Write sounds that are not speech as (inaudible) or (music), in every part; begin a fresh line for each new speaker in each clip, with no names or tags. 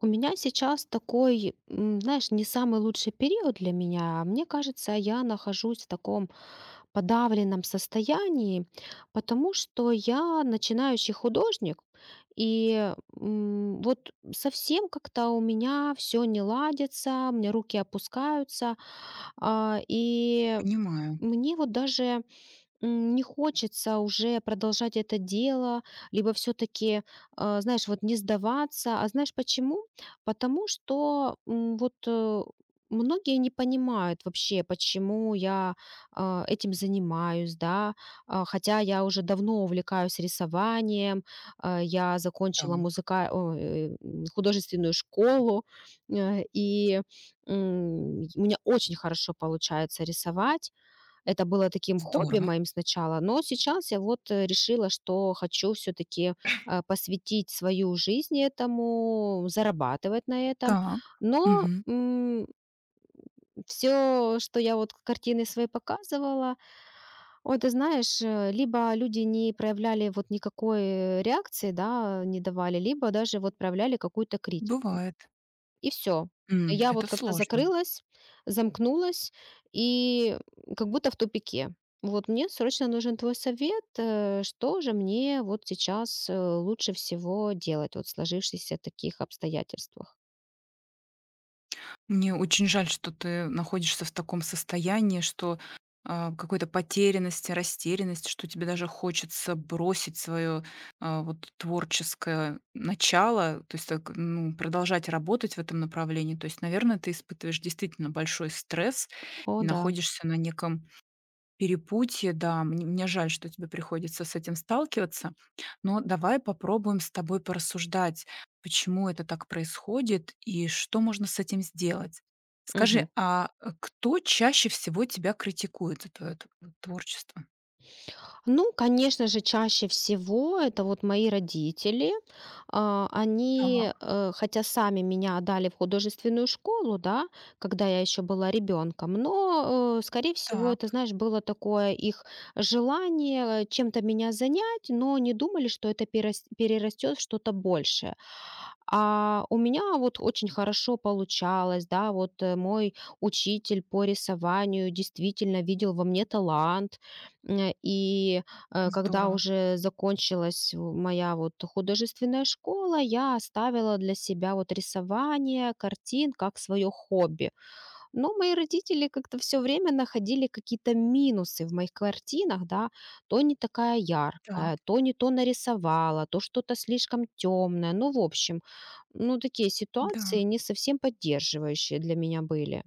У меня сейчас такой, знаешь, не самый лучший период для меня. Мне кажется, я нахожусь в таком подавленном состоянии, потому что я начинающий художник, и вот совсем как-то у меня все не ладится, у меня руки опускаются, и
Понимаю.
мне вот даже не хочется уже продолжать это дело, либо все-таки, знаешь, вот не сдаваться. А знаешь почему? Потому что многие не понимают вообще, почему я этим занимаюсь, да. Хотя я уже давно увлекаюсь рисованием, я закончила
Так.
музыка... о, э, м, художественную школу, и у меня очень хорошо получается рисовать. Это было таким хобби
Здорово.
моим сначала, но сейчас я вот решила, что хочу все-таки посвятить свою жизнь этому, зарабатывать на этом.
Так,
Но
мгм.
все, что я вот картины свои показывала, ой, ты знаешь, либо люди не проявляли вот никакой реакции, да, не давали, либо даже вот проявляли какую-то критику.
Бывает.
И все, я
Это
вот как-то
сложно.
закрылась, замкнулась и как будто в тупике. Вот мне срочно нужен твой совет, что же мне вот сейчас, лучше всего делать вот в сложившихся таких обстоятельствах.
Мне очень жаль, что ты находишься в таком состоянии, что, какой-то потерянности, растерянности, что тебе даже хочется бросить свое вот творческое начало, то есть так, ну, продолжать работать в этом направлении. То есть, наверное, ты испытываешь действительно большой стресс
О
и
да.
находишься на неком перепутье, да, мн мне жаль, что тебе приходится с этим сталкиваться, но давай попробуем с тобой порассуждать, почему это так происходит и что можно с этим сделать. Скажи,
Мгм.
кто чаще всего тебя критикует за твоё т творчество?
Ну, конечно же, чаще всего это вот мои родители.
Так.
Они, хотя сами меня отдали в художественную школу, да, когда я еще была ребенком, но, скорее всего,
Так.
это, знаешь, было такое их желание чем-то меня занять, но не думали, что это перерастет в что-то большее. А у меня вот очень хорошо получалось, да, вот мой учитель по рисованию действительно видел во мне талант. И когда
Здорово.
уже закончилась моя вот художественная школа, я оставила для себя вот рисование картин как свое хобби. Но мои родители как-то все время находили какие-то минусы в моих картинах, да. То не такая
Так.
яркая, то не то нарисовала, то что-то слишком темное. Ну, в общем, ну, такие ситуации
Да.
не совсем поддерживающие для меня были.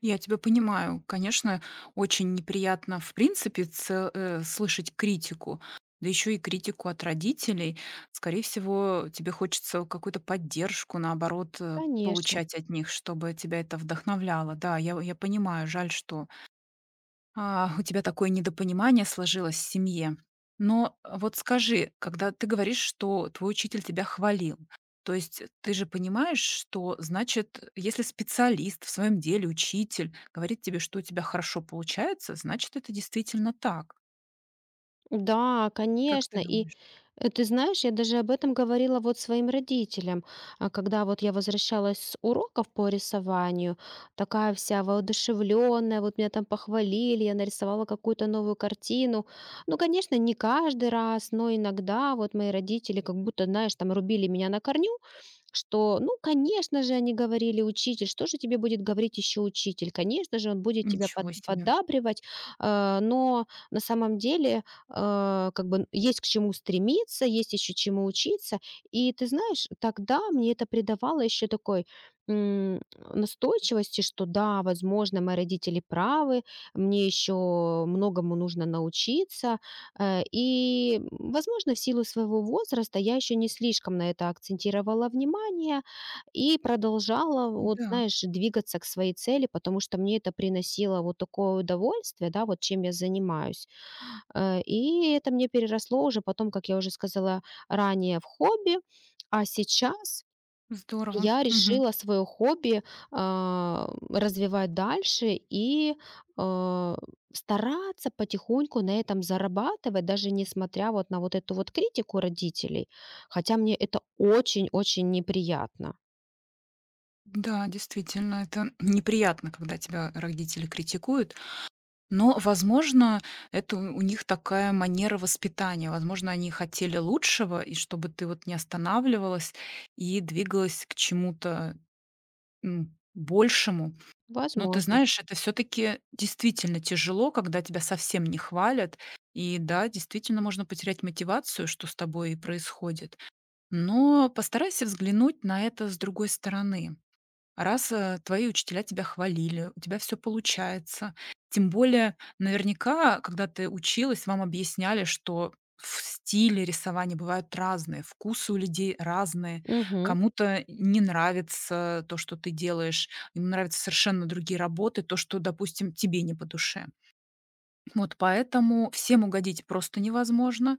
Я тебя понимаю. Конечно, очень неприятно, в принципе, слышать критику, да еще и критику от родителей. Скорее всего, тебе хочется какую-то поддержку, наоборот,
Конечно.
получать от них, чтобы тебя это вдохновляло. Да, я понимаю, жаль, что у тебя такое недопонимание сложилось в семье. Но вот скажи, когда ты говоришь, что твой учитель тебя хвалил, то есть ты же понимаешь, что значит, если специалист в своем деле, учитель говорит тебе, что у тебя хорошо получается, значит, это действительно так.
Да,
Как ты
конечно. И
думаешь?
ты знаешь, я даже об этом говорила вот своим родителям. А когда вот я возвращалась с уроков по рисованию, такая вся воодушевленная, вот меня там похвалили, я нарисовала какую-то новую картину. Ну, конечно, не каждый раз, но иногда вот мои родители как будто, знаешь, там рубили меня на корню, что, ну, конечно же, они говорили, учитель, что же тебе будет говорить еще учитель? Конечно же, он будет тебя
Ничего себе.
поддабривать, но на самом деле как бы есть к чему стремиться, есть еще чему учиться. И ты знаешь, тогда мне это придавало еще такой м, настойчивости, что да, возможно, мои родители правы, мне еще многому нужно научиться. И возможно, в силу своего возраста я еще не слишком на это акцентировала внимание и продолжала, вот,
Да,
знаешь, двигаться к своей цели, потому что мне это приносило вот такое удовольствие, да, вот чем я занимаюсь. И это мне переросло уже потом, как я уже сказала ранее, в хобби. А сейчас
здорово.
я
Мгм.
решила свое хобби развивать дальше и, а, стараться потихоньку на этом зарабатывать, даже несмотря вот на вот эту вот критику родителей, хотя мне это очень-очень неприятно.
Да, действительно, это неприятно, когда тебя родители критикуют. Но, возможно, это у них такая манера воспитания. Возможно, они хотели лучшего, и чтобы ты вот не останавливалась и двигалась к чему-то, большему. Но ты
Возможно.
знаешь, это все таки действительно тяжело, когда тебя совсем не хвалят. И да, действительно можно потерять мотивацию, что с тобой и происходит. Но постарайся взглянуть на это с другой стороны. Раз, твои учителя тебя хвалили, у тебя все получается. Тем более, наверняка, когда ты училась, вам объясняли, что в стиле рисования бывают разные, вкусы у людей разные.
Мгм.
Кому-то не нравится то, что ты делаешь, ему нравятся совершенно другие работы, то, что, допустим, тебе не по душе. Вот поэтому всем угодить просто невозможно.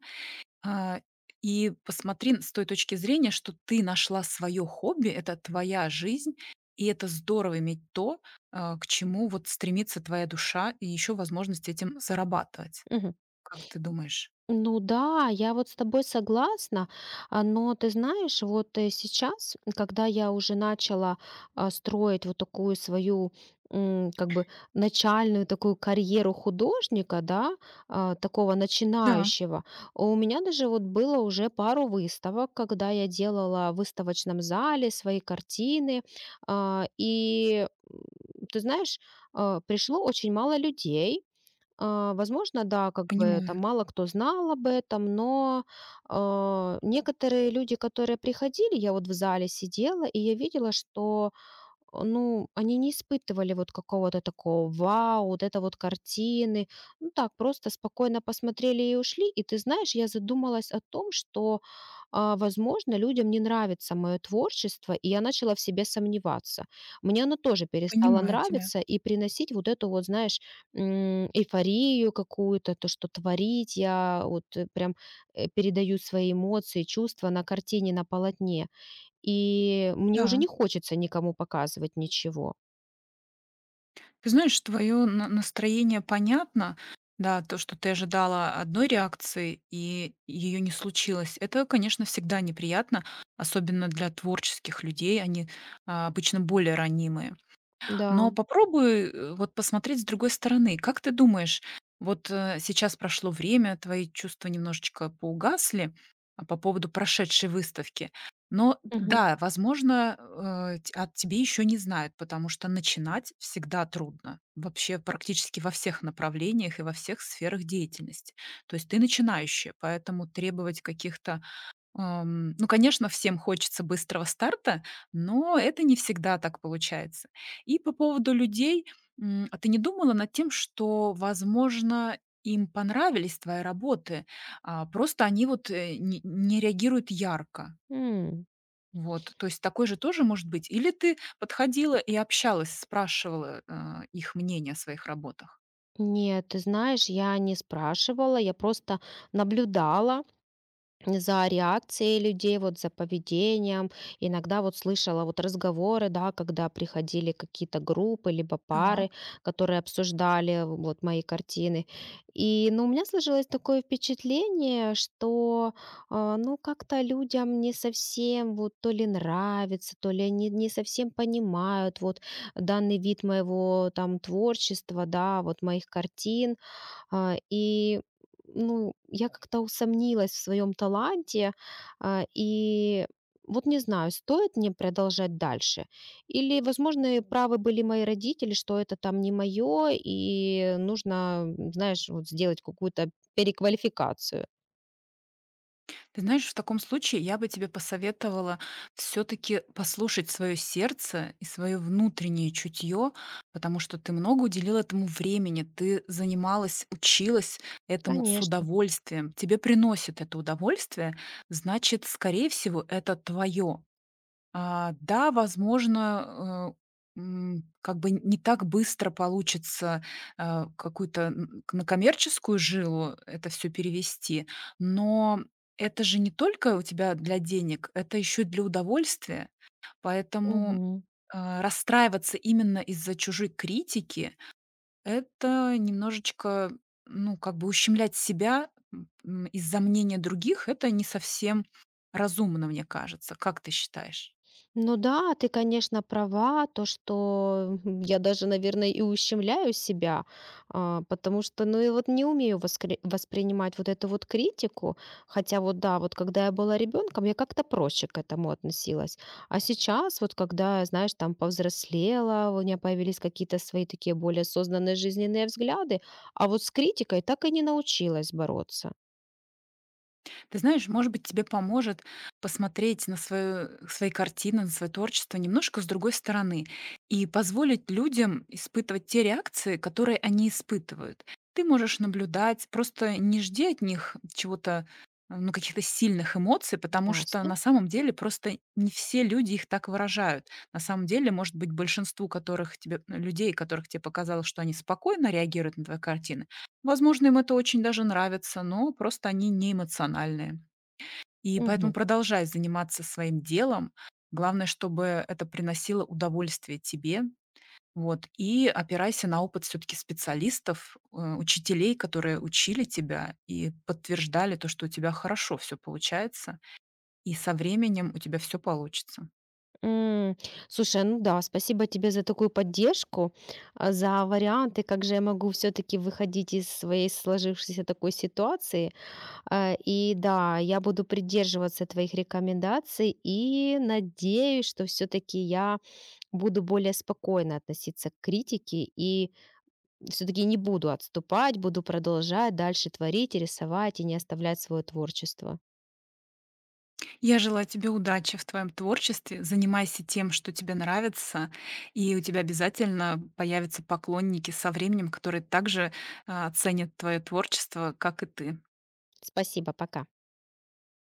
А, и посмотри н с той точки зрения, что ты нашла свое хобби, это твоя жизнь, и это здорово иметь то, к чему вот стремится твоя душа, и еще возможность этим зарабатывать.
Мгм.
Как ты думаешь?
Ну да, я вот с тобой согласна, но ты знаешь, вот сейчас, когда я уже начала строить вот такую свою как бы начальную такую карьеру художника, да, такого
Да,
начинающего. У меня даже вот было уже пару выставок, когда я делала в выставочном зале свои картины, а, и м, ты знаешь, пришло очень мало людей, возможно, да, как бы там
понимаю,
мало кто знал об этом, но некоторые люди, которые приходили, я вот в зале сидела, и я видела, что ну, они не испытывали вот какого-то такого: "Вау, вот это вот картины". Ну так, просто спокойно посмотрели и ушли. И ты знаешь, я задумалась о том, что, возможно, людям не нравится мое творчество, и я начала в себе сомневаться. Мне оно тоже перестало
понимаю тебя.
нравиться и приносить вот эту вот, знаешь, эйфорию какую-то, то, что творить я вот, прям, передаю свои эмоции, чувства на картине, на полотне. И мне уже
Да.
не хочется никому показывать ничего.
Ты знаешь, твое настроение понятно. Да, то, что ты ожидала одной реакции и ее не случилось. Это, конечно, всегда неприятно, особенно для творческих людей. Они, обычно более ранимы.
Да.
Но попробуй, вот посмотреть с другой стороны. Как ты думаешь, вот, сейчас прошло время, твои чувства немножечко поугасли, по поводу прошедшей выставки. Но
Мгм.
да, возможно, э, ть о тебе еще не знают, потому что начинать всегда трудно. Вообще практически во всех направлениях и во всех сферах деятельности. То есть ты начинающая, поэтому требовать каких-то ну, конечно, всем хочется быстрого старта, но это не всегда так получается. И по поводу людей, а ты не думала над тем, что, возможно, им понравились твои работы, а просто они вот, не реагируют ярко?
М.
Вот, то есть такой же тоже может быть? Или ты подходила и общалась, спрашивала, их мнение о своих работах?
Нет, ты знаешь, я не спрашивала, я просто наблюдала за реакцией людей, вот за поведением. Иногда вот слышала вот разговоры, да, когда приходили какие-то группы, либо
Так.
пары, которые обсуждали вот мои картины. И, ну, у меня сложилось такое впечатление, что, ну, как-то людям не совсем вот то ли нравится, то ли они не совсем понимают вот данный вид моего там творчества, да, вот моих картин а, и, ну, я как-то усомнилась в своем таланте и вот не знаю, стоит мне продолжать дальше. Или, возможно, и правы были мои родители, что это там не мое, и нужно, знаешь, вот сделать какую-то переквалификацию.
Ты знаешь, в таком случае я бы тебе посоветовала все-таки послушать свое сердце и свое внутреннее чутье, потому что ты много уделила этому времени, ты занималась, училась этому с
Конечно.
удовольствием, тебе приносит это удовольствие, значит, скорее всего, это твое. А, да, возможно, как бы не так быстро получится, какую-то н к на коммерческую жилу это все перевести, но это же не только у тебя для денег, это еще и для удовольствия. Поэтому, расстраиваться именно из-за чужой критики- это немножечко, ну, как бы ущемлять себя, из-за мнения других. Это не совсем разумно, мне кажется. Как ты считаешь?
Ну да, ты, конечно, права, то, что (laughs) я даже, наверное, и ущемляю себя, потому что, ну и вот не умею воспринимать вот эту вот критику, хотя вот да, вот когда я была ребенком, я как-то проще к этому относилась, а сейчас вот когда, знаешь, там повзрослела, у меня появились какие-то свои такие более осознанные жизненные взгляды, а вот с критикой так и не научилась бороться.
Ты знаешь, может быть, тебе поможет посмотреть на свои картины, на свое творчество немножко с другой стороны и позволить людям испытывать те реакции, которые они испытывают. Ты можешь наблюдать, просто не жди от них чего-то, ну, каких-то сильных эмоций, потому что
Ясно.
на самом деле просто не все люди их так выражают. На самом деле, может быть, людей, которых тебе показалось, что они спокойно реагируют на твои картины, возможно, им это очень даже нравится, но просто они не эмоциональные. И поэтому
Мгм.
продолжай заниматься своим делом. Главное, чтобы это приносило удовольствие тебе. Вот. И опирайся на опыт все-таки специалистов, учителей, которые учили тебя и подтверждали то, что у тебя хорошо все получается, и со временем у тебя все получится.
М, слушай, ну да, спасибо тебе за такую поддержку, за варианты, как же я могу все-таки выходить из своей сложившейся такой ситуации. И да, я буду придерживаться твоих рекомендаций и надеюсь, что все-таки я буду более спокойно относиться к критике и все-таки не буду отступать, буду продолжать дальше творить, и рисовать, и не оставлять свое творчество.
Я желаю тебе удачи в твоем творчестве. Занимайся тем, что тебе нравится, и у тебя обязательно появятся поклонники со временем, которые также ценят твое творчество, как и ты.
Спасибо, пока.